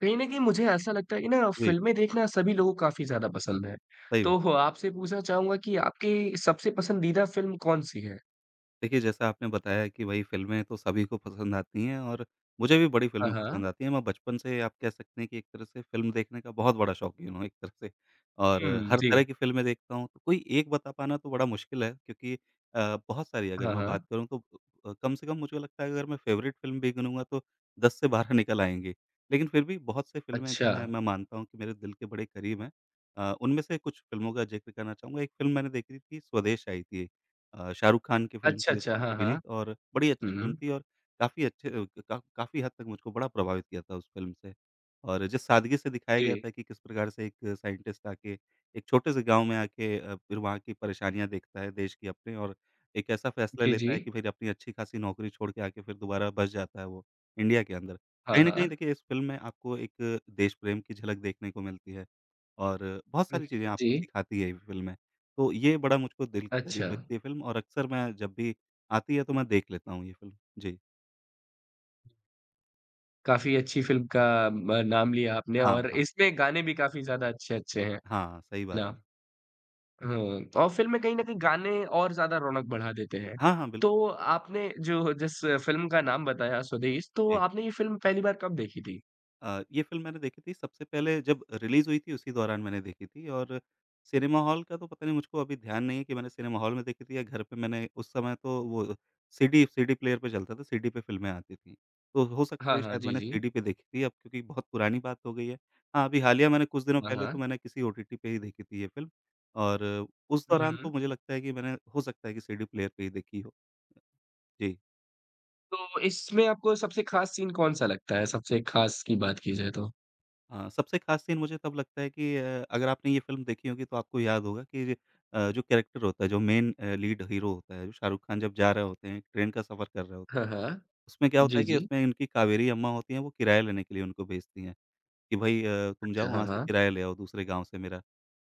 कहीं न कहीं मुझे ऐसा लगता है कि ना जी, फ़िल्में देखना सभी लोगों को काफ़ी ज़्यादा पसंद है। सही बात। तो आपसे पूछना चाहूँगा कि आपकी सबसे पसंदीदा फ़िल्म कौन-सी है? देखिए, जैसा आपने बताया कि भई फ़िल्में तो सभी को पसंद आती हैं और मुझे भी बड़ी हाँ, फ़िल्में हाँ। पसंद आती हैं। मैं बचपन से आप कह सकते हैं कि एक तरह से फ़िल्म देखने का बहुत बड़ा शौकीन हूँ एक तरह से। और हुँ, हर तरह जी। की फ़िल्में देखता हूँ। तो कोई एक बता पाना तो बड़ा मुश्किल है, क्योंकि बहुत सारी अगर हाँ, मैं बात हाँ। करूँ तो कम से कम मुझे लगता है, अगर मैं फ़ेवरेट फ़िल्म भी गिनूँगा तो 10 से 12 निकल आएँगी। लेकिन फिर भी बहुत से फ़िल्में अच्छा। जो हैं मैं मानता हूँ कि मेरे दिल के बड़े करीब हैं। उनमें से कुछ फ़िल्मों का ज़िक्र करना चाहूँगा। एक फ़िल्म मैंने देखी थी, स्वदेश आई थी एक। शाहरुख खान की फ़िल्म अच्छा, थी अच्छा। उसमें हाँ, अभिनीत, हाँ। और बड़ी अच्छी फ़िल्म हुँ। थी, और काफ़ी अच्छे अ, का काफ़ी हद तक मुझको बड़ा प्रभावित किया था उस फ़िल्म से। और जिस सादगी से दिखाया जी। गया था कि किस प्रकार से एक साइंटिस्ट आके एक छोटे से गाँव में आके फिर वहाँ की परेशानियाँ देखता है देश की अपने, और एक ऐसा फ़ैसला जी, जी। लेता है कि फिर अपनी अच्छी खासी नौकरी छोड़ के आके फिर दोबारा बस जाता है वो इंडिया के अंदर। हाँ, कहीं न कहीं हाँ। देखिए इस फ़िल्म में आपको एक देश प्रेम की झलक देखने को मिलती है, और बहुत हुँ, सारी चीज़ें आपको जी। सिखाती है ये फ़िल्में। तो ये बड़ा मुझको दिल के करीब अच्छा। लगती है फ़िल्म, और अक्सर मैं जब भी आती है तो मैं देख लेता हूँ ये फ़िल्म। जी। काफ़ी अच्छी फ़िल्म का म नाम लिया आपने हाँ, और हाँ। इसमें गाने भी काफ़ी ज़्यादा अच्छे-अच्छे हैं। हाँ, सही है बात ना? है। हाँ, और फ़िल्म में कहीं न कहीं गाने और ज़्यादा रौनक बढ़ा देते हैं। हाँ, हाँ, बिल्कुल। तो आपने जो जिस फ़िल्म का नाम बताया स्वदेश, तो जी। आपने ये फ़िल्म पहली बार कब देखी थी? ये फ़िल्म मैंने देखी थी सबसे पहले, जब रिलीज़ हुई थी उसी दौरान मैंने देखी थी। और सिनेमा हॉल का तो पता नहीं मुझको, अभी ध्यान नहीं है कि मैंने सिनेमा हॉल में देखी थी या घर पे मैंने। उस समय तो वो सीडी सीडी प्लेयर पे चलता था, सीडी पे फ़िल्में आती थीं। तो हो सकता हाँ, है हाँ। शायद जी, मैंने जी। सीडी पे देखी थी, अब क्योंकि बहुत पुरानी बात हो गई है। हाँ, अभी हालिया मैंने कुछ दिनों हाँ, पहले तो हाँ। मैंने किसी ओटीटी पे ही देखी थी ये फ़िल्म। और उस हुँ, दौरान हुँ। तो मुझे लगता है कि मैंने हो सकता है कि सीडी प्लेयर पे ही देखी हो। जी। तो इसमें आपको सबसे ख़ास सीन कौन-सा लगता है? सबसे ख़ास की बात की जाए तो? हाँ, सबसे ख़ास सीन मुझे तब लगता है कि अगर आपने ये फ़िल्म देखी होगी तो आपको याद होगा कि जो कैरेक्टर होता है, जो मेन लीड हीरो होता है, जो शाहरुख खान, जब जा रहे होते हैं, ट्रेन का सफ़र कर रहे होते हाँ, हैं, हाँ। उसमें क्या होता जी, है कि जी। उसमें इनकी कावेरी अम्मा होती हैं, वो किराया लेने के लिए उनको भेजती हैं। कि भाई, तुम जाओ अच्छा, हाँ, वहाँ से हाँ। किराया ले आओ दूसरे गाँव से मेरा।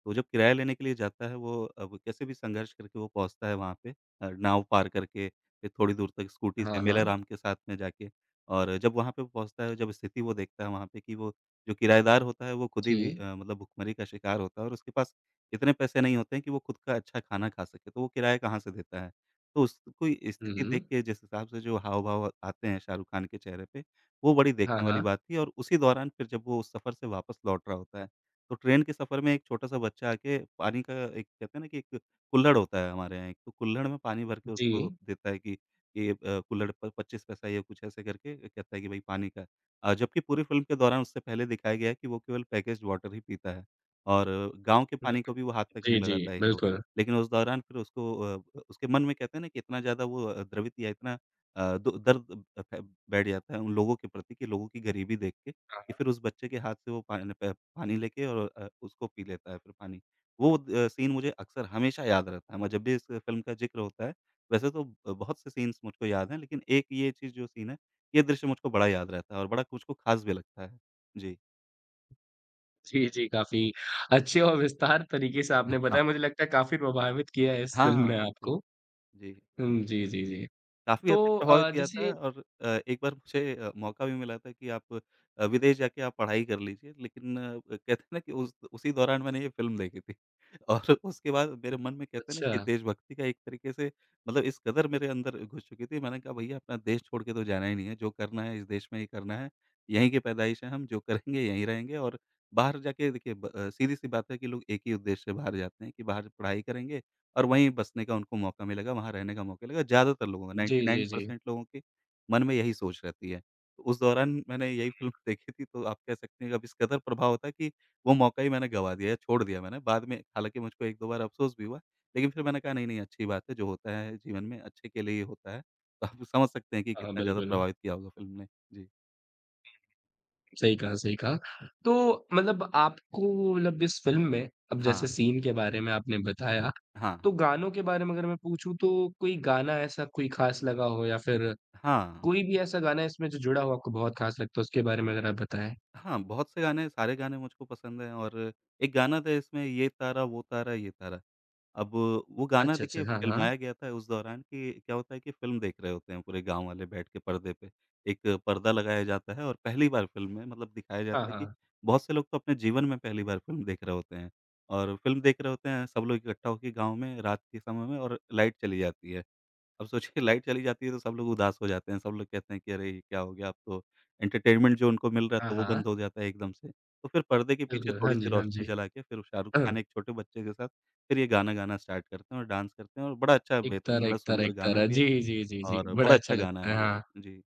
तो जब किराया लेने के लिए जाता है वो, अब कैसे भी संघर्ष करके वो पहुँचता है वहाँ पे, नाव पार करके, फिर थोड़ी दूर तक स्कूटी से हाँ, हाँ। मेलाराम के साथ में जाके। और जब वहाँ पे पहुँचता है, जब स्थिति वो देखता है वहाँ पे कि वो जो किराएदार होता है, वो खुद ही भी जी। मतलब भुखमरी का शिकार होता है, और उसके पास इतने पैसे नहीं होते हैं कि वो खुद का अच्छा खाना खा सके, तो वो किराया कहाँ से देता है? तो उसको हुँ, स्थिति देख हुँ। के, जिस हिसाब से जो हाव-भाव आते हैं शाहरुख खान के चेहरे पे, वो बड़ी हाँ, देखने वाली हाँ। बात थी। और उसी दौरान फिर जब वो उस सफ़र से वापस लौट रहा होता है, तो ट्रेन के सफ़र में एक छोटा-सा बच्चा आके पानी का एक, कहते हैं ना कि एक कुल्हड़ होता है हमारे यहाँ एक, तो कुल्हड़ में पानी भर के जी। उसको देता है कि ये कुल्हड़ पर 25 पैसा या कुछ ऐसे करके कहता है कि भई पानी का। जबकि पूरी फ़िल्म के दौरान उससे पहले दिखाया गया है कि वो केवल पैकेज्ड वाटर ही पीता है, और गाँव के हुँ। पानी को भी वो हाथ तक जी, नहीं जी, लगाता है हीरो। बिल्कुल। लेकिन उस दौरान फिर उसको उसके मन में, कहते हैं ना कि इतना ज़्यादा वो द्रवित या इतना अ, दो दर्द अ, फ बैठ जाता है उन लोगों के प्रति कि लोगों की गरीबी देख के हाँ, कि हाँ। फिर उस बच्चे के हाथ से वो पानी लेके और उसको पी लेता है फिर पानी। वो सीन मुझे अक्सर हमेशा याद रहता है। मैं, जब भी इस फ़िल्म का ज़िक्र होता है, वैसे तो बहुत से सीन्स मुझको याद हैं, लेकिन एक ये चीज़ जो सीन है, ये दृश्य मुझको बड़ा याद रहता है और बड़ा मुझको ख़ास भी लगता है। जी। जी, जी, काफ़ी अच्छे और विस्तार तरीके से आपने हाँ। बताया। मुझे लगता है काफ़ी प्रभावित किया है इस हाँ, फ़िल्म हाँ, ने बिल्कुल। आपको। जी। हुँ, जी, जी, जी। काफ़ी तो हद तक प्रभावित अ, किया था, जैसे और एक बार मुझे मौका भी मिला था कि आप विदेश जाके आप पढ़ाई कर लीजिए, लेकिन कहते हैं ना कि उस उसी दौरान मैंने ये फ़िल्म देखी थी और उसके बाद मेरे मन में, कहते हैं ना अच्छा, कि देशभक्ति का एक तरीके से मतलब इस कदर मेरे अंदर घुस चुकी थी, मैंने कहा भैया अपना देश छोड़ के तो जाना ही नहीं है, जो करना है इस देश में ही करना है, यहीं के पैदाइश हैं हम, जो करेंगे यहीं रहेंगे। और बाहर जाके देखिए, सीधी-सी बात है कि लोग एक ही उद्देश्य से बाहर जाते हैं कि बाहर पढ़ाई करेंगे और वहीं बसने का उनको मौका मिलेगा, वहाँ रहने का मौका मिलेगा। ज़्यादातर लोगों का, जी, जी, जी। 99% लोगों के मन में यही सोच रहती है। तो उस दौरान मैंने यही फ़िल्म देखी थी, तो आप कह सकते हैं कि अब इस कदर प्रभाव होता है कि वो मौका ही मैंने गँवा दिया, छोड़ दिया मैंने। बाद में हालाँकि मुझको 1-2 बार अफ़सोस भी हुआ, लेकिन फिर मैंने कहा नहीं, नहीं अच्छी बात है, जो होता है जीवन में अच्छे के लिए ही होता है। तो आप समझ सकते हैं कि हाँ, हाँ, कितना ज़्यादा बिल्कुल। प्रभावित किया होगा फ़िल्म ने। जी। सही कहा, सही कहा। तो मतलब आपको मतलब इस फ़िल्म में अब जैसे हाँ, सीन के बारे में आपने बताया, हाँ, तो गानों के बारे में अगर मैं पूछूँ तो कोई गाना ऐसा कोई ख़ास लगा हो या फिर हाँ, कोई भी ऐसा गाना इसमें जो जुड़ा हो आपको बहुत ख़ास लगता है, उसके बारे में अगर आप बताएँ? हाँ, बहुत से गाने, सारे गाने मुझको पसंद हैं। और एक गाना था इसमें, ये तारा, वो तारा, ये तारा। अब वो गाना अच्छा, अच्छा। देखिए हाँ, हाँ। फ़िल्माया गया था उस दौरान, कि क्या होता है कि फ़िल्म देख रहे होते हैं पूरे गाँव वाले बैठ के पर्दे पे। एक पर्दा लगाया जाता है और पहली बार फ़िल्म में, मतलब दिखाया हाँ, जाता है कि हाँ। बहुत से लोग तो अपने जीवन में पहली बार फ़िल्म देख रहे होते हैं, और फ़िल्म देख रहे होते हैं सब लोग इकट्ठा होके गाँव में रात के समय में, और लाइट चली जाती है। अब सोचिए, लाइट चली जाती है तो सब लोग उदास हो जाते हैं, सब लोग कहते हैं कि अरे! ये क्या हो गया, अब तो एंटरटेनमेंट जो उनको मिल रहा हाँ, था वो हाँ। बंद हो जाता है एकदम से। तो फिर पर्दे के पीछे बिल्कुल। हाँ थोड़ी-सी जी, हाँ रोशनी जी। जला के, फिर शाहरुख खान हाँ। एक छोटे बच्चे के साथ फिर ये गाना गाना स्टार्ट करते हैं और डांस करते हैं, और बड़ा अच्छा एक बेहतरीन तारा बड़ा एक तारा सुंदर एक गाना तारा। भी है, जी, जी, जी, जी। और बड़ा बड़ा अच्छा अच्छा गाना लगता है है। ये। हाँ। जी।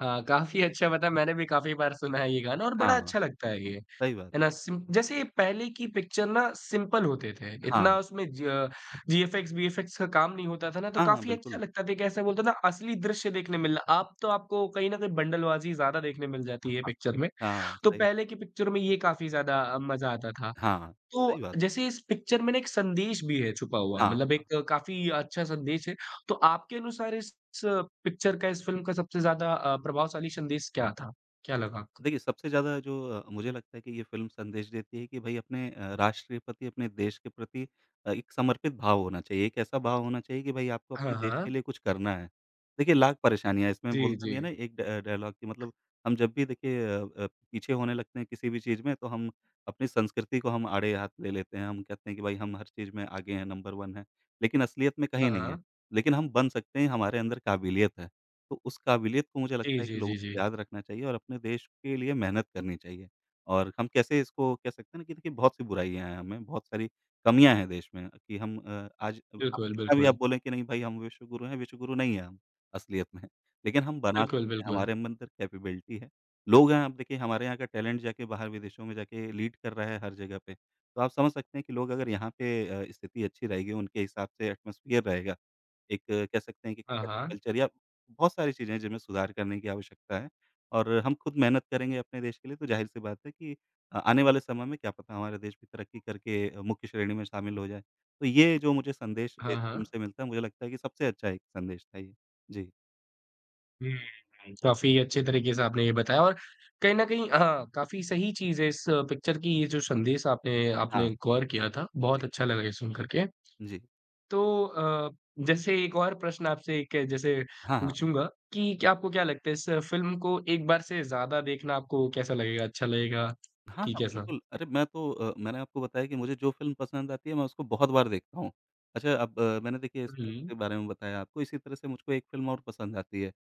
हाँ, काफ़ी अच्छा पता है मैंने भी काफ़ी बार सुना है ये गाना और बड़ा हाँ, अच्छा लगता है ये। सही बात। है ना? सिम जैसे पहले की पिक्चर ना सिंपल होते थे, हाँ। इतना उसमें ज जीएफएक्स, वीएफएक्स का काम नहीं होता था ना तो हाँ, हाँ, काफ़ी अच्छा बिल्कुल। लगता था कि ऐसा बोलते हैं ना असली दृश्य देखने मिलना। आप तो आपको कहीं न कहीं बंडलबाज़ी ज़्यादा देखने मिल जाती है हाँ, पिक्चर में। हाँ, तो सही बात पहले है। की पिक्चर में ये काफ़ी ज़्यादा मज़ा आता था। हाँ, तो सही बात। जैसे इस पिक्चर में ना एक संदेश भी है छुपा हुआ हाँ। मतलब एक काफ़ी अच्छा संदेश है। तो आपके अनुसार इस पिक्चर का इस फ़िल्म का सबसे ज़्यादा प्रभावशाली संदेश क्या था? क्या लगा आपको? देखिए, सबसे ज़्यादा जो मुझे लगता है कि ये फ़िल्म संदेश देती है कि भई, अपने राष्ट्र के प्रति, अपने देश के प्रति एक समर्पित भाव होना चाहिए। एक ऐसा भाव होना चाहिए कि भई आपको अपने हाँ, देश के हाँ। लिए कुछ करना है। देखिए, लाख परेशानियाँ हैं, इसमें जी, बोलता भी जी। है ना एक डा डायलॉग कि मतलब हम जब भी देखिए पीछे होने लगते हैं किसी भी चीज़ में, तो हम अपनी संस्कृति को हम आड़े हाथ ले लेते हैं। हम कहते हैं कि भई हम हर चीज़ में आगे हैं, नंबर 1 हैं, लेकिन असलियत में कहीं हाँ, नहीं है। हाँ। लेकिन हम बन सकते हैं, हमारे अंदर काबिलियत है। तो उस काबिलियत को, मुझे जी, लगता है कि जी, लोगों जी, जी। को याद रखना चाहिए और अपने देश के लिए मेहनत करनी चाहिए। और हम कैसे इसको कह सकते हैं ना कि देखिए बहुत-सी बुराइयाँ हैं हमें, बहुत सारी कमियाँ हैं देश में कि हम, आज आप बिल्कुल, कितना भी बिल्कुल। आप बोलें कि नहीं भाई हम विश्व गुरु हैं, विश्व गुरु नहीं हैं हम असलियत में। लेकिन हम बना बिल्कुल, सकते हैं, बिल्कुल। हमारे अंदर कैपेबिलिटी है। लोग हैं, आप देखिए हमारे यहाँ का टैलेंट जाके बाहर विदेशों में जाके लीड कर रहा है हर जगह पे। तो आप समझ सकते हैं कि लोग अगर यहाँ पे स्थिति अच्छी रहेगी, उनके हिसाब से एटमॉस्फियर रहेगा। एक कह सकते हैं कि हाँ, हाँ। कल्चर, या बहुत सारी चीज़ें हैं जिनमें सुधार करने की आवश्यकता है, और हम खुद मेहनत करेंगे अपने देश के लिए, तो ज़ाहिर-सी बात है कि आने वाले समय में क्या पता हमारा देश भी तरक्की करके मुख्य श्रेणी में शामिल हो जाए। तो ये जो मुझे संदेश हाँ, इस फ़िल्म हाँ। से मिलता है, मुझे लगता है कि सबसे अच्छा एक संदेश था ये। जी। हुँ, हुँ। काफ़ी अच्छे तरीके से आपने ये बताया और कहीं न कहीं हाँ, काफ़ी सही चीज़ है इस पिक्चर की ये जो संदेश आपने हाँ। आपने गौर किया था। बहुत अच्छा लगा ये सुन कर के। जी। तो अ, जैसे एक और प्रश्न आपसे एक जैसे हाँ, हाँ। पूछूँगा कि क्या आपको क्या लगता है इस फ़िल्म को एक बार से ज़्यादा देखना आपको कैसा लगेगा, अच्छा लगेगा हाँ, कि हाँ, कैसा? बिल्कुल। अरे मैं तो, मैंने आपको बताया कि मुझे जो फ़िल्म पसंद आती है मैं उसको बहुत बार देखता हूँ। अच्छा अब मैंने देखिए इस फ़िल्म हुँ। के बारे में बताया आपको, इसी तरह से मुझको एक फ़िल्म और पसंद आती है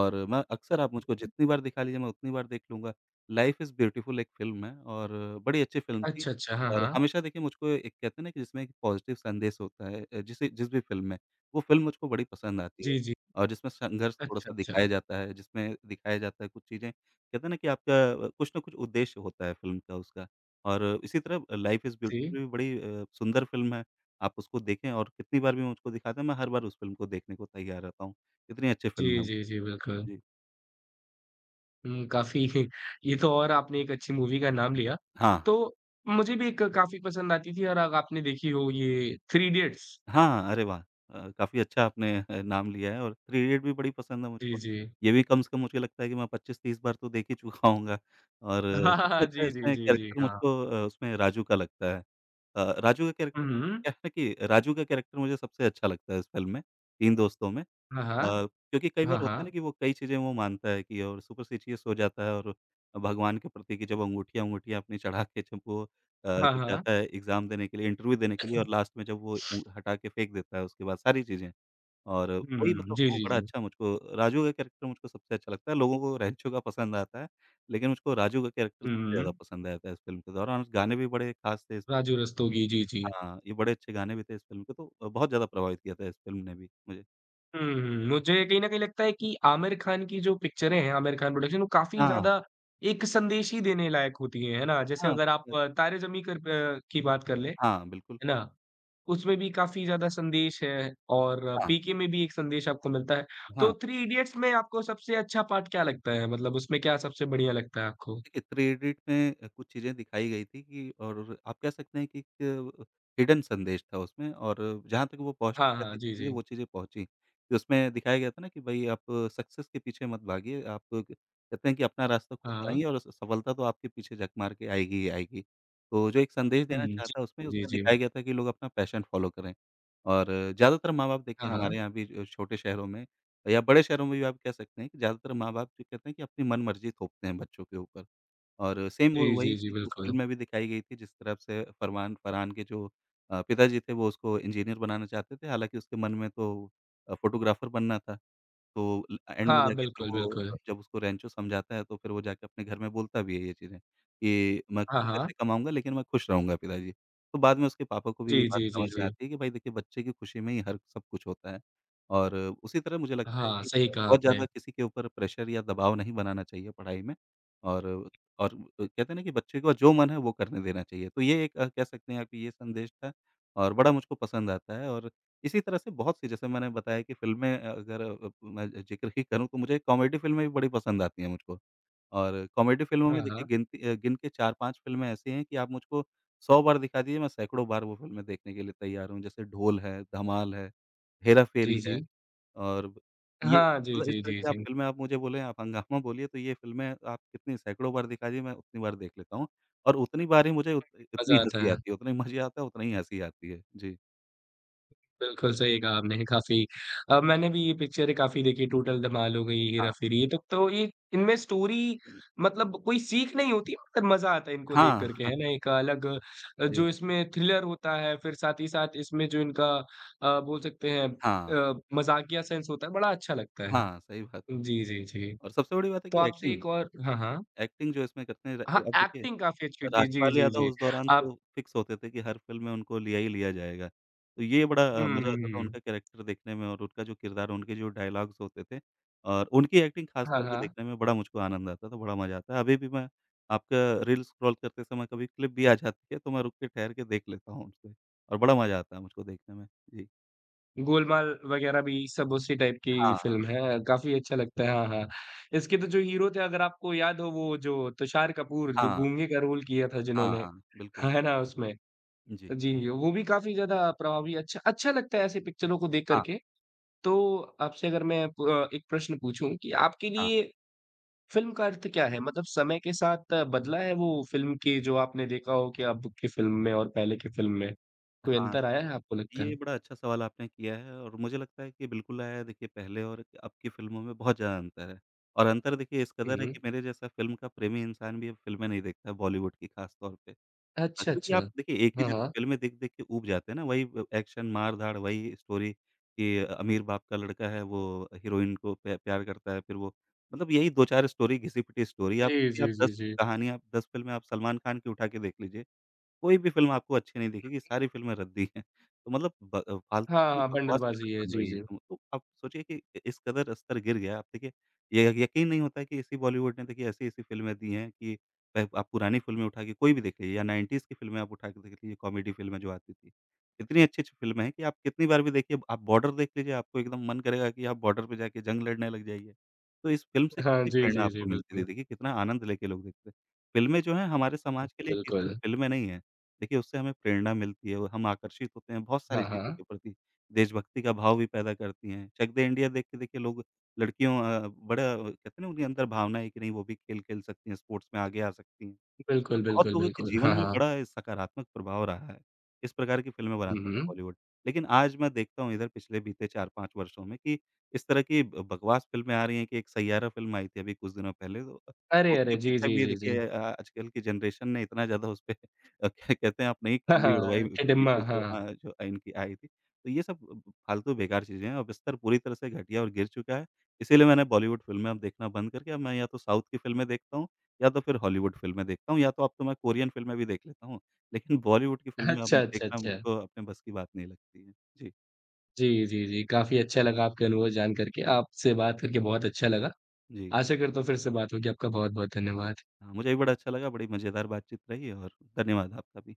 और मैं अक्सर आप मुझको जितनी बार दिखा लीजिए मैं उतनी बार देख लूँगा। लाइफ़ इज़ ब्यूटीफुल एक फ़िल्म है और बड़ी अच्छी फ़िल्म थी अच्छा, अच्छा, हाँ, और हाँ। हमेशा देखिए मुझको एक कहते हैं ना कि जिसमें एक पॉज़िटिव संदेश होता है, जिस भी फ़िल्म में, वो फ़िल्म मुझको बड़ी पसंद आती है जी, जी। और जिसमें संघर्ष अच्छा, थोड़ा-सा दिखाया अच्छा। जाता है, जिसमें दिखाया जाता है कुछ चीज़ें कहते हैं ना कि आपका कुछ ना कुछ उद्देश्य होता है फ़िल्म का उसका। और इसी तरह लाइफ़ इज़ जी। ब्यूटीफुल भी बड़ी सुंदर फ़िल्म है। आप उसको देखें और कितनी बार भी मुझको दिखाते हैं, मैं हर बार उस फ़िल्म को देखने को तैयार रहता हूँ। इतनी अच्छी जी, फ़िल्म है वो। जी, जी, बिल्कुल। जी। काफ़ी ये तो और आपने एक अच्छी मूवी का नाम लिया। हाँ। तो मुझे भी एक काफ़ी पसंद आती थी और अग आपने देखी हो ये थ्री इडियट्स। हाँ, अरे वाह! काफ़ी अच्छा आपने नाम लिया है और थ्री इडियट भी बड़ी पसंद है जी, मुझको। जी। ये भी कम से कम मुझे लगता है कि मैं 25-30 बार तो देख ही चुका होऊँगा। और हाँ, हाँ, सबसे हाँ। अच्छा जी, जी, इसमें जी, जी। कैरेक्टर हाँ। मुझको उसमें राजू का लगता है। राजू का हुँ, कैरेक्टर हुँ। क्या है ना कि राजू का कैरेक्टर मुझे सबसे अच्छा लगता है इस फ़िल्म में, तीन दोस्तों में। हाँ, हाँ। क्योंकि कई हाँ, बार होता है ना हाँ। कि वो कई चीज़ें वो मानता है कि और सुपरस्टिशियस हो जाता है और भगवान के प्रति कि जब अंगूठियाँ-वंगूठियाँ अपनी चढ़ा के जब वो हाँ, जब हाँ। जाता है एग्ज़ाम देने के लिए, इंटरव्यू देने के लिए और लास्ट में जब वो उंग हटा के फेंक देता है उसके बाद सारी चीज़ें। और वही हुँ, मतलब जी, वो जी, बड़ा जी। अच्छा मुझको राजू का कैरेक्टर मुझको सबसे अच्छा लगता है। लोगों को रेंचो का पसंद आता है, लेकिन मुझको राजू का कैरेक्टर सबसे हुँ, ज़्यादा पसंद आया था इस फ़िल्म के दौरान। और गाने भी बड़े ख़ास थे इस। राजू रस्तोगी, जी, जी। हाँ, ये बड़े अच्छे गाने भी थे इस फ़िल्म के, तो बहुत ज़्यादा प्रभावित किया था इस फ़िल्म ने भी मुझे। हुँ, हुँ, मुझे कहीं न कहीं लगता है कि आमिर खान की जो पिक्चरें हैं, आमिर खान प्रोडक्शन वो काफ़ी हाँ, ज़्यादा एक संदेश ही देने लायक होती हैं, है ना? जैसे हाँ, अगर आप तारे ज़मीं कर प की बात कर लें, है हाँ, बिल्कुल। ना? उसमें भी काफ़ी ज़्यादा संदेश है और हाँ, पीके में भी एक संदेश आपको मिलता है। तो हाँ। थ्री इडियट्स में आपको सबसे अच्छा पार्ट क्या लगता है? मतलब उसमें क्या सबसे बढ़िया लगता है आपको? देखिए, थ्री इडियट में कुछ चीज़ें दिखाई गई थी कि और आप कह सकते हैं कि एक हिडन संदेश था उसमें, और जहाँ तक वो पहुँचना हाँ, चाहती हाँ, थी जी, चीज़ें, जी। वो चीज़ें पहुँची। कि उसमें दिखाया गया था ना कि भई आप सक्सेस के पीछे मत भागिए, आप कहते हैं कि अपना रास्ता हाँ, खुद बनाइए हाँ। और स सफलता तो आपके पीछे झक मार के आएगी ही आएगी। तो जो एक संदेश हुँ, देना जी, चाहता उसमें, जी, उसमें जी। दिखाया गया था कि लोग अपना पैशन फ़ॉलो करें। और ज़्यादातर माँ-बाप देखिए हाँ, हमारे हाँ। यहाँ भी, छोटे शहरों में या बड़े शहरों में भी आप कह सकते हैं कि ज़्यादातर माँ-बाप जो कहते हैं कि अपनी मनमर्ज़ी थोपते हैं बच्चों के ऊपर। और सेम वो जी, वही जी, जी, चीज़ उस बिल्कुल। फ़िल्म में भी दिखाई गई थी जिस तरह से फरमान फरहान के जो पिताजी थे वो उसको इंजीनियर बनाना चाहते थे, हालाँकि उसके मन में तो फ़ोटोग्राफ़र बनना था। तो ल एंड में हाँ, जाके फिर बिल्कुल, वो बिल्कुल। जब उसको रेंचो समझाता है तो फिर वो जाके अपने घर में बोलता भी है ये चीज़ें, कि मैं हाँ, कम हाँ। पैसे कमाऊँगा लेकिन मैं खुश रहूँगा पिताजी। तो बाद में उसके पापा को भी ये जी, बात जी, जी, समझ में जी। आती है कि भाई देखिए बच्चे की खुशी में ही हर सब कुछ होता है। और उसी तरह मुझे लगता है हाँ, कि सही कहा बहुत आपने। ज़्यादा किसी के ऊपर प्रेशर या दबाव नहीं बनाना चाहिए पढ़ाई में, और और कहते हैं ना कि बच्चे को जो मन है वो करने देना चाहिए। तो ये एक कह सकते हैं आप कि ये संदेश था और बड़ा मुझको पसंद आता है। और इसी तरह से बहुत सी जैसे मैंने बताया कि फ़िल्में, अ, अगर अ, मैं ज़िक्र ही करूँ तो मुझे कॉमेडी फ़िल्में भी बड़ी पसंद आती हैं मुझको और कॉमेडी फ़िल्मों हाँ, में देखिए हाँ। गिनती, गिन के 4-5 फ़िल्में ऐसी हैं कि आप मुझको 100 बार दिखा दीजिए, मैं सैकड़ों बार वो फ़िल्में देखने के लिए तैयार हूँ। जैसे ढोल है, धमाल है, जी, हेरा-फेरी है जी। और ये हाँ, जी, मतलब इस जी, तरह जी, की आप जी। फ़िल्में, आप मुझे बोलें, आप हंगामा बोलिए तो ये फ़िल्में आप कितनी सैकड़ों बार दिखा दीजिए, मैं उतनी बार देख लेता हूँ और उतनी बार ही मुझे उत उतनी मज़ा आता हँसी है। आती है, उतनी मज़े आता है, उतना ही हँसी आती है। जी। बिल्कुल सही कहा आपने काफ़ी मैंने भी ये पिक्चरें काफ़ी देखी टूटल धमाल हो गई, हाँ, हेरा-फेरी ये तो ये इनमें स्टोरी मतलब कोई सीख नहीं होती पर मज़ा आता है इनको देख हाँ। कर के, हाँ। है ना? एक अलग सही जो बात। इसमें थ्रिलर होता है फिर साथ ही साथ इसमें जो इनका बोल सकते हैं हाँ, मज़ाकिया सेंस होता है बड़ा अच्छा लगता है। हाँ, सही बात। जी, जी, जी। और सबसे बड़ी बात है तो कि आपसे एक्टिंग, एक और हाँ, हाँ। एक्टिंग जो इसमें करते हैं र हाँ, अब देखिए एक्टिंग काफ़ी अच्छी थी। जी, राजपाल जी, यादव जी। उस दौरान आप तो फिक्स होते थे कि हर फ़िल्म में उनको लिया ही लिया जाएगा। तो ये बड़ा, हुँ, मज़ा हुँ, आता था हुँ। उनका कैरेक्टर देखने में और उनका जो किरदार, उनके जो डायलॉग्स होते थे और उनकी एक्टिंग ख़ास हाँ, तौर पे हाँ। देखने में बड़ा मुझको आनंद आता था, बड़ा मज़ा आता है। अभी भी मैं आपका रील स्क्रॉल करते समय कभी क्लिप भी आ जाती है तो मैं रुक के ठहर के देख लेता हूँ उसको और बड़ा मज़ा आता है मुझको देखने में। जी। गोलमाल वग़ैरह भी सब उसी टाइप की हाँ, हाँ, फ़िल्म है, काफ़ी अच्छा लगता है। हाँ, हाँ। इसके तो जो हीरो थे अगर आपको याद हो वो जो तुषार कपूर जो हाँ, गूंगे का रोल किया था हाँ, जिन्होंने, हाँ, बिल्कुल। है ना उसमें? जी। जी, वो भी काफ़ी ज़्यादा प्रभावी अच्छा अच्छा लगता है ऐसी पिक्चरों को देख कर हाँ, के। तो आपसे अगर मैं प एक प्रश्न पूछूँ कि आपके हाँ। लिए फ़िल्म का अर्थ क्या है? मतलब समय के साथ बदला है वो फ़िल्म की जो आपने देखा हो कि अब की फ़िल्म में और पहले की फ़िल्म में? कोई हाँ, अंतर आया है आपको लगता ये है? बड़ा अच्छा सवाल आपने किया है और मुझे लगता है कि बिल्कुल आया है। देखिए, पहले और अब की फ़िल्मों में बहुत ज़्यादा अंतर है और अंतर देखिए इस कदर है हुँ, कि मेरे जैसा फ़िल्म का प्रेमी इंसान भी अब फ़िल्में नहीं देखता है, बॉलीवुड की ख़ास तौर पे। अच्छा, क्योंकि अच्छा। आप देखिए एक ही हाँ, जैसी हाँ। फ़िल्में देख-देख के ऊब जाते हैं ना, वही ब एक्शन, मार-धाड़, वही स्टोरी कि अमीर बाप का लड़का है, वो हीरोइन को प प्यार करता है, फिर वो मतलब यही 2-4 स्टोरी, घिसी-पिटी स्टोरी। आप जी, सोचिए आप जी, जी, 10 जी। कहानियाँ, 10 फ़िल्में आप सलमान खान की उठा के देख लीजिए, कोई भी फ़िल्म आपको अच्छी नहीं दिखेगी, सारी फ़िल्में रद्दी हैं। तो मतलब ब फालतू हाँ, की हाँ, बकवास बंडलबाज़ी फ़िल्में है। बन जी, रही हैं जी। एकदम, तो आप सोचिए कि इ इस कदर स्तर गिर गया है। आप देखिए, ये यकीन नहीं होता है कि इसी बॉलीवुड ने देखिए ऐसी-ऐसी फ़िल्में दी हैं कि, आप पुरानी फ़िल्में उठा के कोई भी देख लीजिए या 90s की फ़िल्में आप उठा के देख लीजिए, कॉमेडी फ़िल्में जो आती थी। इतनी अच्छी-अच्छी फ़िल्में हैं कि आप कितनी बार भी देखिए, आप बॉर्डर देख लीजिए, आपको एकदम मन करेगा कि आप बॉर्डर पे जाके जंग लड़ने लग जाइए। तो इस फ़िल्म से हाँ, कितनी जी, प्रेरणा जी, जी, आपको मिलती थी, बिल्कुल। देखिए कितना आनंद लेके लोग देखते थे। फ़िल्में जो हैं हमारे समाज के लिए ये सिर्फ़ बिल्कुल। फ़िल्में नहीं हैं। देखिए, उससे हमें प्रेरणा मिलती है और हम आकर्षित होते हैं बहुत हाँ, सारी चीज़ों के हाँ। प्रति, देशभक्ति का भाव भी पैदा करती हैं। चक दे इंडिया देख के देखिए लोग, लड़कियों, बड़ा कहते हैं ना उनके अंदर भावना है कि नहीं वो भी खेल खेल सकती हैं, स्पोर्ट्स में आगे आ सकती हैं। और बिल्कुल, बहुत बिल्कुल, लोगों के बिल्कुल। जीवन हाँ, में हाँ। बड़ा सकारात्मक प्रभाव रहा है, इस प्रकार की फ़िल्में हुँ, बनाता था हुँ। बॉलीवुड। लेकिन आज मैं देखता हूँ इधर पिछले बीते 4-5 वर्षों में कि इस तरह की ब बकवास फ़िल्में आ रही हैं कि एक सैयारा फ़िल्म आई थी अभी कुछ दिनों पहले, तो अरे, उसके अरे! जी, पीछे जी, भी जी, जी। देखिए आजकल की जनरेशन ने इतना ज़्यादा उसपे, क्या कहते हैं अपनी ही हाँ, खिल्ली उड़वाई हाँ, जो टिडिम्मा, वीडियोज़ जो, हाँ। हाँ, जो इनकी आई थी। तो ये सब ब फालतू बेकार चीज़ें हैं, अब स्तर पूरी तरह से घटिया और गिर चुका है, इसीलिए मैंने बॉलीवुड फ़िल्में अब देखना बंद करके अब मैं या तो साउथ की फ़िल्में देखता हूँ या तो फिर हॉलीवुड फ़िल्में देखता हूँ या तो अब तो मैं कोरियन फ़िल्में भी देख लेता हूँ, लेकिन बॉलीवुड की फ़िल्में अब अच्छा, अच्छा, देखना अच्छा। मुझको अपने बस की बात नहीं लगती है। जी, जी, जी, जी। काफ़ी अच्छा लगा आपके अनुभव जान कर के। आपसे बात करके बहुत अच्छा लगा। जी। आशा करता हूँ फिर से बात होगी। आपका बहुत-बहुत धन्यवाद। हाँ, मुझे भी बड़ा अच्छा लगा, बड़ी मज़ेदार बातचीत रही और धन्यवाद आपका भी।